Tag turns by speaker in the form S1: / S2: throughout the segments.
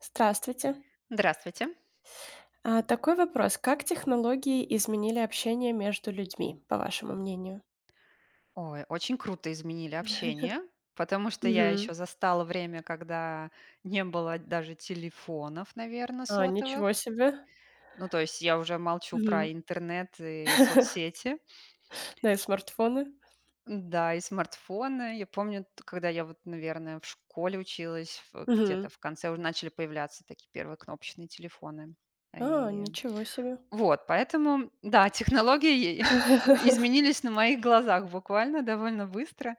S1: Здравствуйте.
S2: Здравствуйте.
S1: Такой вопрос. Как технологии изменили общение между людьми, по вашему мнению?
S2: Ой, очень круто изменили общение, потому что я
S1: Мгм.
S2: еще застала время, когда не было даже телефонов, наверное,
S1: Ничего
S2: сотовых.
S1: себе.
S2: Ну, то есть я уже молчу про
S1: Мгм.
S2: интернет и соцсети.
S1: Да, и смартфоны.
S2: Да, и смартфоны. Я помню, когда я вот, наверное, в школе училась, где-то
S1: Мгм.
S2: в конце уже начали появляться такие первые кнопочные телефоны.
S1: Ничего себе.
S2: Вот, поэтому, да, технологии изменились на моих глазах буквально довольно быстро.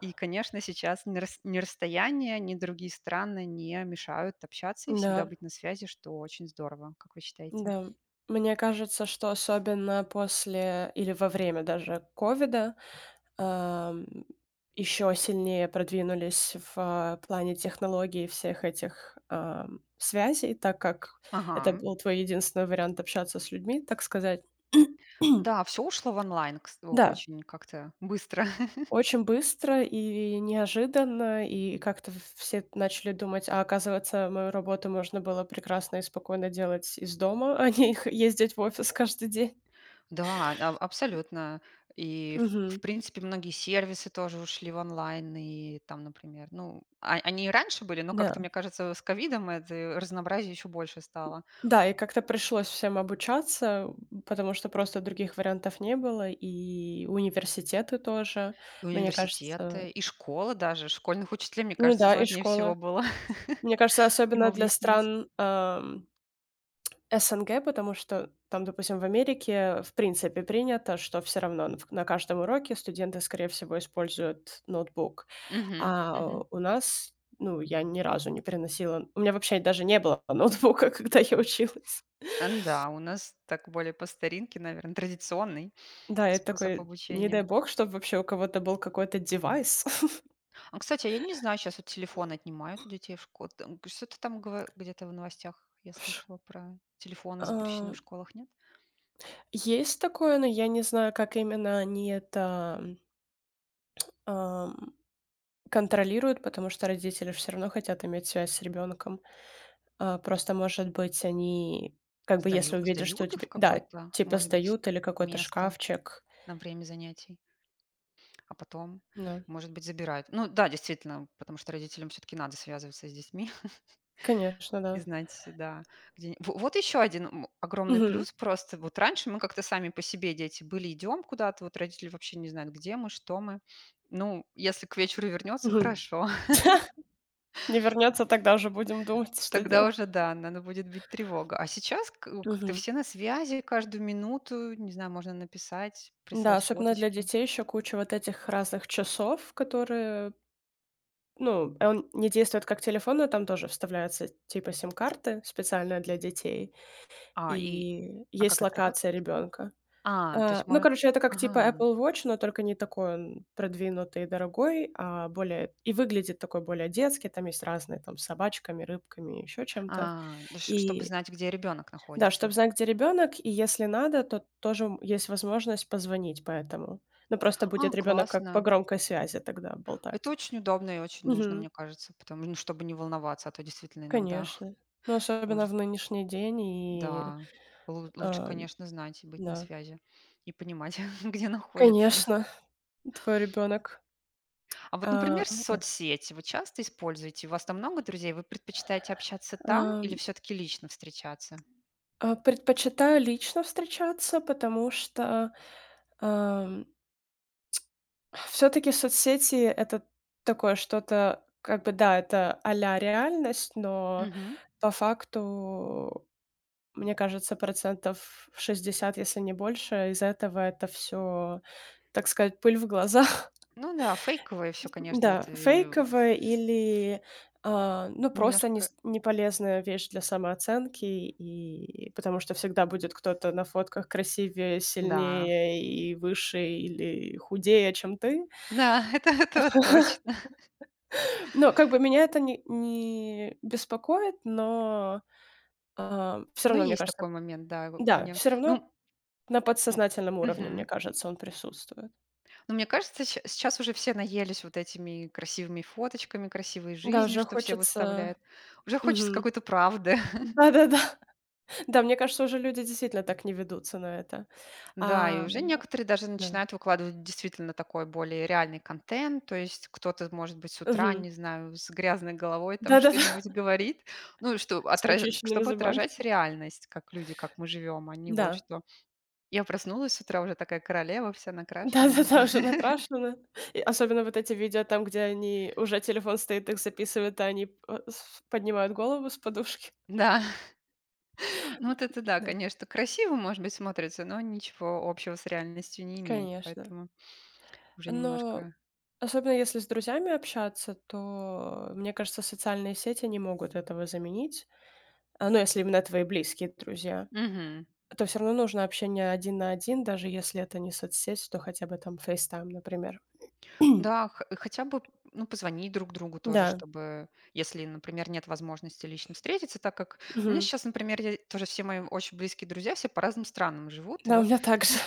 S2: И, конечно, сейчас ни расстояние, ни другие страны не мешают общаться и всегда
S1: Да,
S2: быть на связи, что очень здорово, как вы считаете?
S1: да. Мне кажется, что особенно после или во время даже ковида еще сильнее продвинулись в плане технологий и всех этих связей, так как это
S2: Ага.
S1: был твой единственный вариант общаться с людьми, так сказать.
S2: Да, все ушло в онлайн
S1: Да,
S2: очень как-то быстро.
S1: очень быстро и неожиданно, и как-то все начали думать, а оказывается, мою работу можно было прекрасно и спокойно делать из дома, а не ездить в офис каждый день.
S2: Да, абсолютно. И, в
S1: Мгм.
S2: принципе, многие сервисы тоже ушли в онлайн, и там, например, ну, они и раньше были, но как-то,
S1: Да.
S2: мне кажется, с ковидом это разнообразие еще больше стало.
S1: Да, и как-то пришлось всем обучаться, потому что просто других вариантов не было, и университеты тоже,
S2: И
S1: мне кажется.
S2: университеты, и школы даже. Школьных учителей, мне
S1: Ну
S2: кажется,
S1: да, и
S2: сложнее всего
S1: школы.
S2: было
S1: Мне кажется,
S2: им
S1: особенно для
S2: объяснить.
S1: стран, СНГ, потому что там, допустим, в Америке в принципе принято, что все равно на каждом уроке студенты, скорее всего, используют ноутбук.
S2: Мгм,
S1: А
S2: мгм.
S1: у нас, ну, я ни разу не переносила. У меня вообще даже не было ноутбука, когда я училась.
S2: Да, у нас так более по старинке, наверное, традиционный
S1: Да, я
S2: способ
S1: такой: «Не дай
S2: обучения.
S1: бог, чтобы вообще у кого-то был какой-то девайс».
S2: А, кстати, а я не знаю, сейчас вот телефон отнимают у детей в школе. Что-то там где-то в новостях я слышала про телефоны запрещены в
S1: А,
S2: школах, нет?
S1: есть такое, но я не знаю, как именно они это, ам, контролируют, потому что родители все равно хотят иметь связь с ребенком. Просто, может быть, они как бы если увидят, что у
S2: Сдают их в
S1: тебя да,
S2: какое-то,
S1: типа
S2: может быть,
S1: сдают или какой-то
S2: место
S1: шкафчик.
S2: на время занятий. А потом,
S1: Да,
S2: может быть, забирают. Ну да, действительно, потому что родителям все-таки надо связываться с детьми
S1: конечно,
S2: и
S1: да.
S2: знать, да, где... Вот еще один огромный
S1: Мгм,
S2: плюс просто. Вот раньше мы как-то сами по себе, дети, были, идем куда-то, вот родители вообще не знают, где мы, что мы. Ну, если к вечеру вернется,
S1: мгм.
S2: хорошо.
S1: Не вернется, тогда уже будем думать, что
S2: Тогда
S1: делать.
S2: уже, да, надо будет бить тревога. А сейчас как-то
S1: Мгм.
S2: все на связи, каждую минуту, не знаю, можно написать,
S1: Да,
S2: прислать
S1: особенно для
S2: фоточки.
S1: детей еще куча вот этих разных часов, которые, ну, он не действует как телефон, но там тоже вставляются типа сим-карты специально для детей,
S2: А, и...
S1: и
S2: А
S1: есть
S2: как это работает?
S1: локация ребенка.
S2: А, то есть
S1: Ну,
S2: можно...
S1: короче, это как типа
S2: Ага.
S1: Apple Watch, но только не такой он продвинутый и дорогой, а более и выглядит такой более детский. Там есть разные там с собачками, рыбками, еще чем-то.
S2: А, да ш чтобы
S1: И
S2: знать, где ребенок
S1: да,
S2: находится.
S1: чтобы знать, где ребенок и если надо, то тоже, есть возможность позвонить поэтому. Ну, просто
S2: А,
S1: будет ребенок как по
S2: классно.
S1: громкой связи тогда
S2: Это
S1: болтать.
S2: очень удобно и очень нужно,
S1: Мгм.
S2: мне кажется, потому ну, чтобы не волноваться, а то действительно иногда
S1: Конечно. Ну, особенно
S2: может
S1: в нынешний день и,
S2: да. Лу лучше,
S1: э,
S2: конечно, знать и быть на
S1: да.
S2: связи, и понимать, где находится.
S1: Конечно, твой ребенок.
S2: А вот,
S1: А,
S2: например, соцсети вы часто используете? У вас там много друзей? Вы предпочитаете общаться там
S1: а,
S2: или все таки лично встречаться?
S1: предпочитаю лично встречаться, потому что, все таки соцсети — это такое что-то, как бы, да, это а-ля реальность, но
S2: Мгм.
S1: по факту. Мне кажется, процентов 60, если не больше, из этого это все, так сказать, пыль в глаза.
S2: Ну да, фейковое все, конечно, вот,
S1: Да, фейковое или, ну, просто
S2: немножко.
S1: нес неполезная вещь для самооценки, и потому что всегда будет кто-то на фотках красивее,
S2: Да,
S1: сильнее и выше или худее, чем ты.
S2: да, это вот точно.
S1: Но как бы меня это не беспокоит, но, все
S2: Ну,
S1: равно, мне
S2: есть
S1: кажется,
S2: такой момент, да, у
S1: да,
S2: не
S1: все
S2: ну,
S1: равно на
S2: м,
S1: подсознательном уровне, мне
S2: мгм.
S1: кажется, он присутствует.
S2: Но мне кажется, ща сейчас уже все наелись вот этими красивыми фоточками, красивой
S1: Да,
S2: жизнью,
S1: уже
S2: что все
S1: хочется.
S2: выставляют. Уже хочется
S1: Мгм.
S2: какой-то правды.
S1: Да-да-да. Да, мне кажется, уже люди действительно так не ведутся на это.
S2: Да, и
S1: А,
S2: уже некоторые даже
S1: да.
S2: начинают выкладывать действительно такой более реальный контент. То есть кто-то, может быть, с утра,
S1: Мгм.
S2: не знаю, с грязной головой там
S1: Да-да-да.
S2: что-нибудь говорит. Ну, что
S1: С
S2: отраз
S1: нечищенными
S2: чтобы
S1: зубами.
S2: отражать реальность, как люди, как мы живем, а не вот
S1: Да.
S2: что: "Я проснулась с утра уже такая королева, вся накрашенная", не
S1: Да-да-да,
S2: знаю.
S1: уже накрашены. И особенно вот эти видео там, где они уже телефон стоит, их записывают, а они, с поднимают голову с подушки.
S2: Да. Ну вот это да,
S1: Да,
S2: конечно, красиво, может быть, смотрится, но ничего общего с реальностью не имеет,
S1: конечно.
S2: поэтому уже
S1: Но
S2: немножко.
S1: особенно если с друзьями общаться, то, мне кажется, социальные сети не могут этого заменить. Ну, если именно твои близкие друзья.
S2: Мгм.
S1: То все равно нужно общение один на один, даже если это не соцсеть, то хотя бы там FaceTime, например.
S2: Да, хотя бы ну, позвонить друг другу тоже,
S1: Да,
S2: чтобы, если, например, нет возможности лично встретиться, так как у меня
S1: мгм.
S2: сейчас, например, тоже все мои очень близкие друзья все по разным странам живут, и
S1: Да, у
S2: вот
S1: меня также.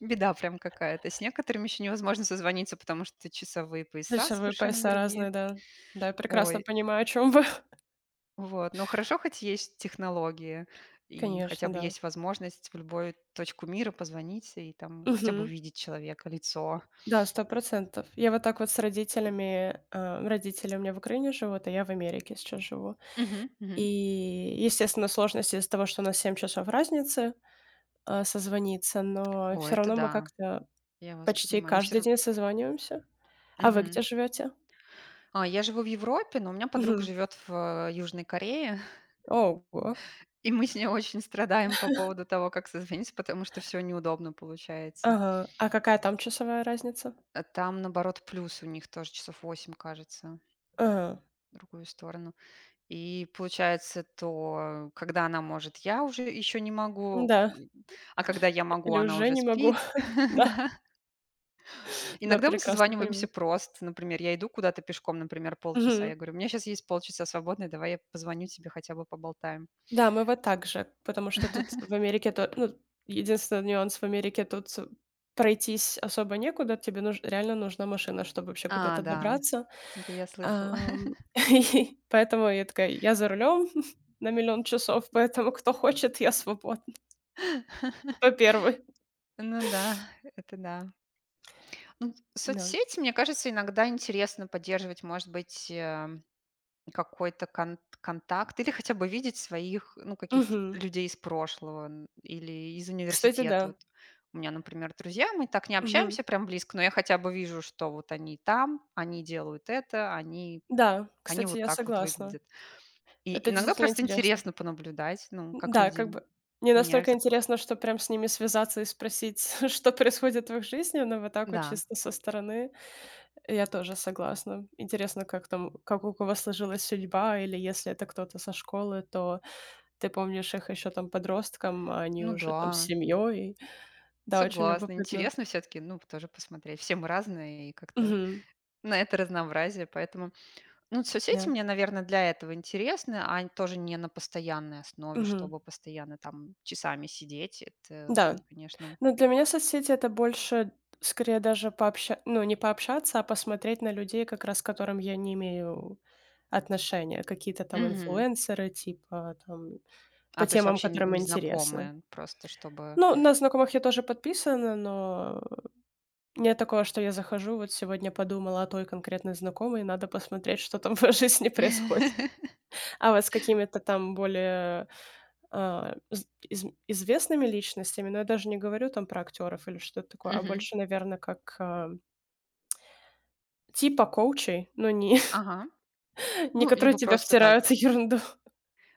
S2: беда прям какая-то. С некоторыми еще невозможно созвониться, потому что часовые пояса
S1: Душевые
S2: совершенно
S1: пояса
S2: другие.
S1: разные, да. Да, я прекрасно
S2: Ой.
S1: понимаю, о чем вы.
S2: Вот, но хорошо хоть есть технологии, и хотя
S1: Конечно,
S2: бы
S1: да.
S2: есть возможность в любую точку мира позвонить и там хотя бы
S1: Мгм.
S2: увидеть человека, лицо.
S1: Да, 100%. Я вот так вот с родителями, родители у меня в Украине живут, а я в Америке сейчас живу.
S2: Мгм,
S1: И,
S2: мгм.
S1: естественно, сложности из-за того, что у нас 7 часов разницы, созвониться, но
S2: О,
S1: все
S2: это
S1: равно мы
S2: да,
S1: как-то
S2: я вас
S1: почти
S2: понимаю. Но все
S1: каждый
S2: равно.
S1: день созваниваемся. А вы где живете?
S2: А, я живу в Европе, но у меня подруга
S1: Мгм.
S2: живет в Южной Корее,
S1: Ого.
S2: и мы с ней очень страдаем по поводу того, как созвониться, потому что все неудобно получается.
S1: Ага. А какая там часовая разница?
S2: А там, наоборот, плюс у них тоже часов 8, кажется,
S1: Ага.
S2: в другую сторону. И получается, то когда она может, я уже еще не могу,
S1: Да,
S2: а когда я могу,
S1: или
S2: она
S1: уже
S2: уже
S1: не могу.
S2: спит,
S1: Да,
S2: да.
S1: да,
S2: Иногда мы
S1: прекрасно
S2: созваниваемся
S1: понимаю.
S2: просто. Например, я иду куда-то пешком, например, полчаса,
S1: Мгм.
S2: я говорю: "У меня сейчас есть полчаса свободное, давай я позвоню тебе, хотя бы поболтаем".
S1: Да, мы вот так же, потому что тут в Америке то ну, единственный нюанс в Америке тут пройтись особо некуда, тебе нуж реально нужна машина, чтобы вообще
S2: А,
S1: куда-то
S2: да,
S1: добраться.
S2: это я слышала.
S1: Ам, и поэтому я такая: «Я за рулем на миллион часов, поэтому кто хочет, я свободна, кто первый».
S2: Ну да, это да. Ну,
S1: Да.
S2: соцсети, мне кажется, иногда интересно поддерживать, может быть, какой-то контакт или хотя бы видеть своих, ну, каких-то
S1: Мгм.
S2: людей из прошлого, н или из
S1: Кстати,
S2: университета.
S1: да.
S2: Вот у меня, например, друзья, мы так не
S1: Мгм.
S2: общаемся прям близко, но я хотя бы вижу, что вот они там, они делают это,
S1: Да,
S2: они
S1: кстати,
S2: вот
S1: я
S2: так вот
S1: согласна.
S2: выглядят. И
S1: Это
S2: иногда
S1: действительно
S2: просто
S1: интересно.
S2: интересно понаблюдать, ну, как
S1: Да,
S2: люди
S1: как бы не настолько
S2: меняются.
S1: интересно, что прям с ними связаться и спросить, что происходит в их жизни, но вот так вот
S2: Да,
S1: чисто со стороны я тоже согласна. Интересно, как там, как у кого сложилась судьба, или если это кто-то со школы, то ты помнишь их еще там подростком, а они
S2: ну
S1: уже там с
S2: да,
S1: семьей. Да, очень
S2: согласна.
S1: любопытно.
S2: Интересно все таки ну, тоже посмотреть. Все мы разные и как-то
S1: Мгм.
S2: на это разнообразие, поэтому ну, соцсети
S1: Да.
S2: мне, наверное, для этого интересны, а н тоже не на постоянной основе,
S1: Мгм.
S2: чтобы постоянно там часами сидеть. Это,
S1: Да.
S2: конечно.
S1: Ну, для меня соцсети — это больше, скорее, даже пообща ну, не пообщаться, а посмотреть на людей, как раз к которым я не имею отношения. Какие-то там
S2: Мгм.
S1: инфлюенсеры, типа, там, по
S2: А, то есть
S1: темам,
S2: вообще н
S1: которым интересно.
S2: незнакомые, просто чтобы
S1: Ну, на знакомых я тоже подписана, но нет такого, что я захожу, вот сегодня подумала о той конкретной знакомой, надо посмотреть, что там в её жизни происходит. А вот с какими-то там более а, з из известными личностями, но я даже не говорю там про актеров или что-то такое, а
S2: мгм.
S1: больше, наверное, как, типа коучей, но не
S2: Ага.
S1: не
S2: Ну,
S1: которые
S2: либо
S1: тебе
S2: просто, да,
S1: втирают ерунду.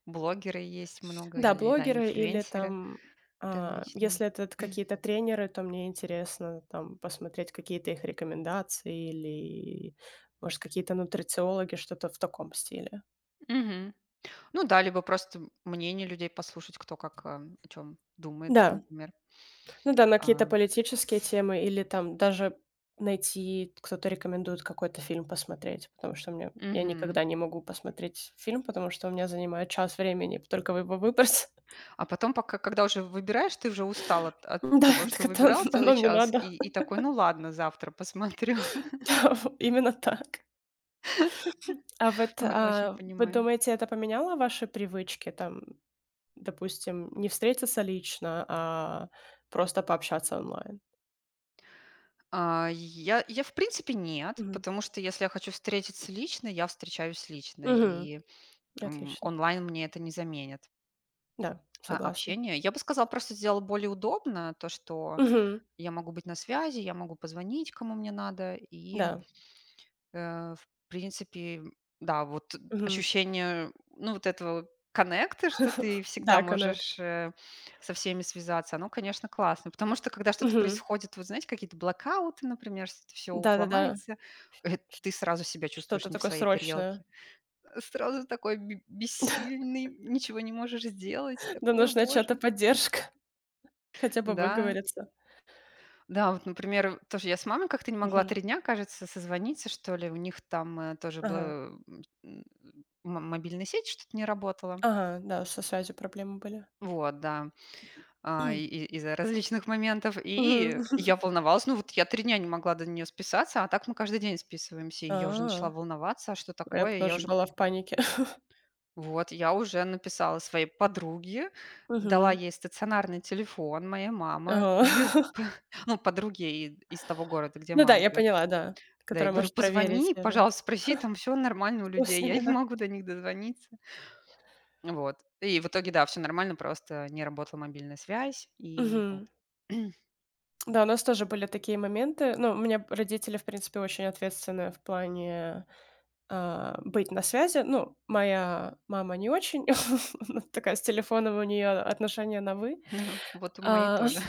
S2: блогеры есть много
S1: Да,
S2: или, да,
S1: блогеры или
S2: инфлюенсеры
S1: там,
S2: различные.
S1: если это т какие-то тренеры, то мне интересно там посмотреть какие-то их рекомендации или, может, какие-то нутрициологи, что-то в таком стиле.
S2: Мгм. Ну да, либо просто мнение людей послушать, кто как, о чем думает,
S1: Да.
S2: например.
S1: Ну да, на какие-то
S2: А,
S1: политические темы или там даже найти, кто-то рекомендует какой-то фильм посмотреть, потому что мне я
S2: мгм.
S1: никогда не могу посмотреть фильм, потому что у меня занимает час времени только его выбрать.
S2: А потом, пока когда уже выбираешь, ты уже устал от
S1: Да,
S2: того, что
S1: так это
S2: выбирал целый
S1: оно мне
S2: час,
S1: надо.
S2: и такой: "Ну ладно, завтра посмотрю".
S1: Да, в именно так. А вот,
S2: Ой, очень
S1: вы
S2: понимаю.
S1: думаете, это поменяло ваши привычки, там, допустим, не встретиться лично, а просто пообщаться онлайн?
S2: А, в принципе, нет,
S1: Мгм.
S2: потому что если я хочу встретиться лично, я встречаюсь лично,
S1: Мгм.
S2: и,
S1: Отлично.
S2: онлайн мне это не заменит,
S1: Да, согласна.
S2: общение. Я бы сказала, просто сделала более удобно то, что
S1: Мгм.
S2: я могу быть на связи, я могу позвонить, кому мне надо. И,
S1: Да.
S2: В принципе, да, вот
S1: Мгм.
S2: ощущение, ну, вот этого коннекта, что ты всегда
S1: Да,
S2: можешь,
S1: коннект.
S2: со всеми связаться, оно, конечно, классно. Потому что, когда что-то
S1: Мгм.
S2: происходит, вот знаете, какие-то блэкауты, например, что-то всё
S1: Да-да-да.
S2: ломается, ты сразу себя чувствуешь
S1: Что-то
S2: не в
S1: такое
S2: своей тарелке.
S1: срочное.
S2: Сразу такой бе бессильный, ничего не можешь сделать,
S1: Да,
S2: такое,
S1: нужна чья-то
S2: боже".
S1: поддержка, хотя бы
S2: Да.
S1: выговориться.
S2: Да, вот, например, тоже я с мамой как-то не могла
S1: Мгм.
S2: 3 дня, кажется, созвониться, что ли. У них там, тоже
S1: Ага.
S2: была, мобильная сеть, что-то не работала.
S1: Ага, да, со связью проблемы были.
S2: Вот, да, и из-за различных моментов.
S1: Мгм.
S2: И я волновалась. Ну, вот я 3 дня не могла до нее списаться, а так мы каждый день списываемся. И я уже начала
S1: А,
S2: волноваться, а что
S1: а я б
S2: такое? Я
S1: тоже
S2: уже
S1: была в панике.
S2: вот, я уже написала своей подруге, дала
S1: Мгм.
S2: ей стационарный телефон моей мамы.
S1: Ага.
S2: Говорю, ну, подруге и из того города, где
S1: Ну да,
S2: мама
S1: я
S2: живет.
S1: поняла, да.
S2: Да, я
S1: Которая
S2: говорю:
S1: может проверить,
S2: "Позвони,
S1: да,
S2: пожалуйста, спроси, там все нормально у
S1: что с
S2: людей". Я
S1: ними,
S2: не
S1: да.
S2: могу до них дозвониться. Вот. И в итоге, да, все нормально, просто не работала мобильная связь, и вот.
S1: Мгм. Да, у нас тоже были такие моменты. Ну, у меня родители, в принципе, очень ответственные в плане быть на связи. Ну, моя мама не очень, она такая с телефоном у нее отношения на вы,
S2: Ну, вот у моей
S1: а,
S2: тоже.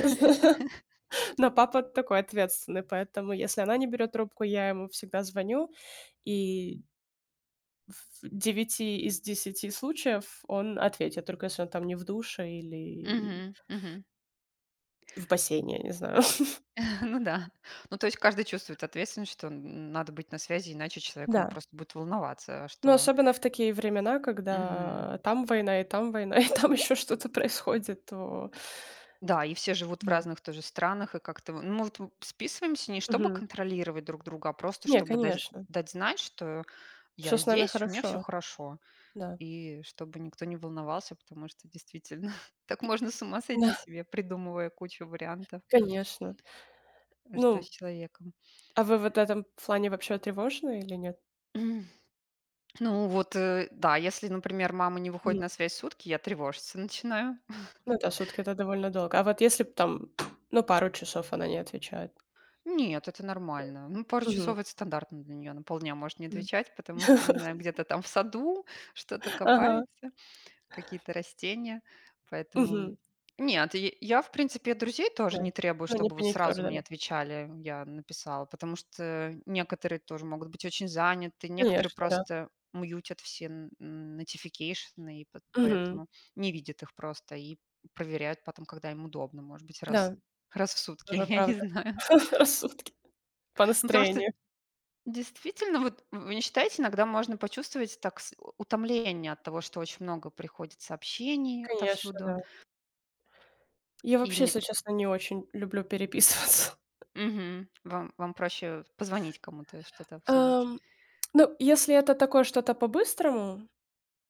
S1: но папа такой ответственный, поэтому если она не берет трубку, я ему всегда звоню, и в 9 из десяти случаев он ответит, только если он там не в душе или
S2: Мгм, мгм.
S1: в бассейне, я не знаю.
S2: Ну да. Ну, то есть каждый чувствует ответственность, что н надо быть на связи, иначе человек, ну,
S1: Да.
S2: просто будет волноваться,
S1: Ну,
S2: что
S1: особенно в такие времена,
S2: мгм.
S1: когда там война, и там война, и там еще что-то происходит, то.
S2: Да, и все живут в
S1: Да.
S2: разных тоже странах, и как-то, вот, ну, вот списываемся не чтобы
S1: Мгм.
S2: контролировать друг друга, а просто
S1: Не,
S2: чтобы
S1: конечно.
S2: дать знать, что
S1: Все
S2: я
S1: с нами
S2: здесь, у меня все
S1: хорошо,
S2: хорошо.
S1: да.
S2: И чтобы никто не волновался, потому что действительно так можно с ума сойти
S1: Да,
S2: себе, придумывая кучу вариантов,
S1: конечно.
S2: что с
S1: Ну,
S2: человеком.
S1: а вы вот в этом плане вообще тревожны или нет?
S2: Ну вот, да, если, например, мама не выходит
S1: Нет.
S2: на связь сутки, я тревожиться начинаю.
S1: Ну да, сутки — это довольно долго. А вот если б там, ну, пару часов она не отвечает?
S2: Нет, это нормально. Ну, пару
S1: Мгм.
S2: часов это стандартно для нее. На полдня может не
S1: М.
S2: отвечать, потому что, не знаю, где-то там в саду что-то
S1: Ага.
S2: копается. Какие-то растения, поэтому
S1: Мгм.
S2: нет, в принципе, от друзей тоже
S1: Да.
S2: не требую,
S1: Ну, не
S2: чтобы вот сразу
S1: паникёр,
S2: мне
S1: да.
S2: отвечали, я написала, потому что некоторые тоже могут быть очень заняты, некоторые
S1: Конечно, да.
S2: просто мьютят все notification, и
S1: Мгм.
S2: поэтому не видят их просто и проверяют потом, когда им удобно, может быть,
S1: Да,
S2: раз в сутки,
S1: тоже
S2: я не
S1: правда.
S2: знаю.
S1: Рассудки. По
S2: Ну, потому что
S1: настроению.
S2: действительно, вот вы не считаете, иногда можно почувствовать так утомление от того, что очень много приходит сообщений
S1: Конечно,
S2: отовсюду.
S1: да. Я
S2: И
S1: вообще,
S2: мне
S1: если честно, не очень люблю переписываться.
S2: мгм. Вам проще позвонить кому-то, что-то обсудить.
S1: Ам, ну, если это такое что-то по-быстрому,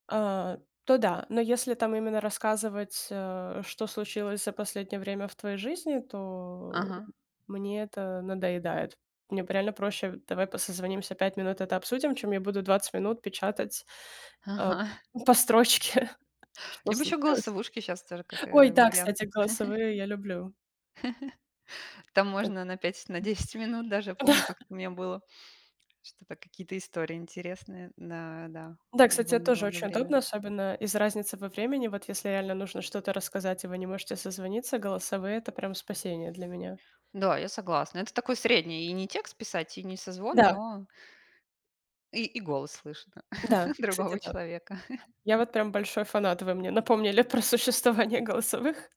S1: А, то да, но если там именно рассказывать, что случилось за последнее время в твоей жизни, то
S2: Ага,
S1: мне это надоедает. Мне б реально проще: «Давай по созвонимся, 5 минут это обсудим», чем я буду 20 минут печатать, э,
S2: ага.
S1: по строчке, что
S2: Либо еще
S1: случилось.
S2: голосовушки сейчас тоже как,
S1: Ой, да,
S2: вариант.
S1: кстати, голосовые я люблю.
S2: Там
S1: Эт
S2: можно на 5, на 10 минут даже.
S1: да,
S2: Помню, как у меня было что-то, какие-то истории интересные. Да, да,
S1: да, кстати, это
S2: довольно
S1: тоже
S2: долгое
S1: очень
S2: время.
S1: удобно, особенно из-за разницы во времени. Вот если реально нужно что-то рассказать, и вы не можете созвониться, голосовые — это прям спасение для меня.
S2: Да, я согласна. Это такой средний. И не текст писать, и не созвон,
S1: Да,
S2: но и голос слышно
S1: да, кстати,
S2: другого
S1: да.
S2: человека.
S1: Я вот прям большой фанат. Вы мне напомнили про существование голосовых.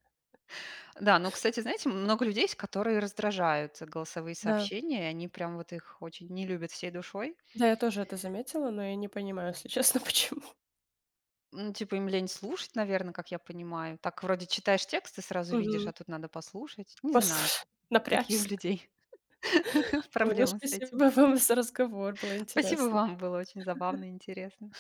S2: Да, ну, кстати, знаете, много людей есть, которые раздражают голосовые
S1: Да,
S2: сообщения, и они прям вот их очень не любят всей душой.
S1: да, я тоже это заметила, но я не понимаю, если честно, почему.
S2: Ну, типа им лень слушать, наверное, как я понимаю. Так вроде читаешь текст и сразу видишь,
S1: Мгм.
S2: а тут надо послушать. Не знаю,
S1: Послушай,
S2: какие у
S1: напрячься.
S2: людей
S1: Ой, ну
S2: проблемы с этим.
S1: спасибо вам за разговор, было
S2: Спасибо
S1: интересно.
S2: вам, было очень забавно и интересно.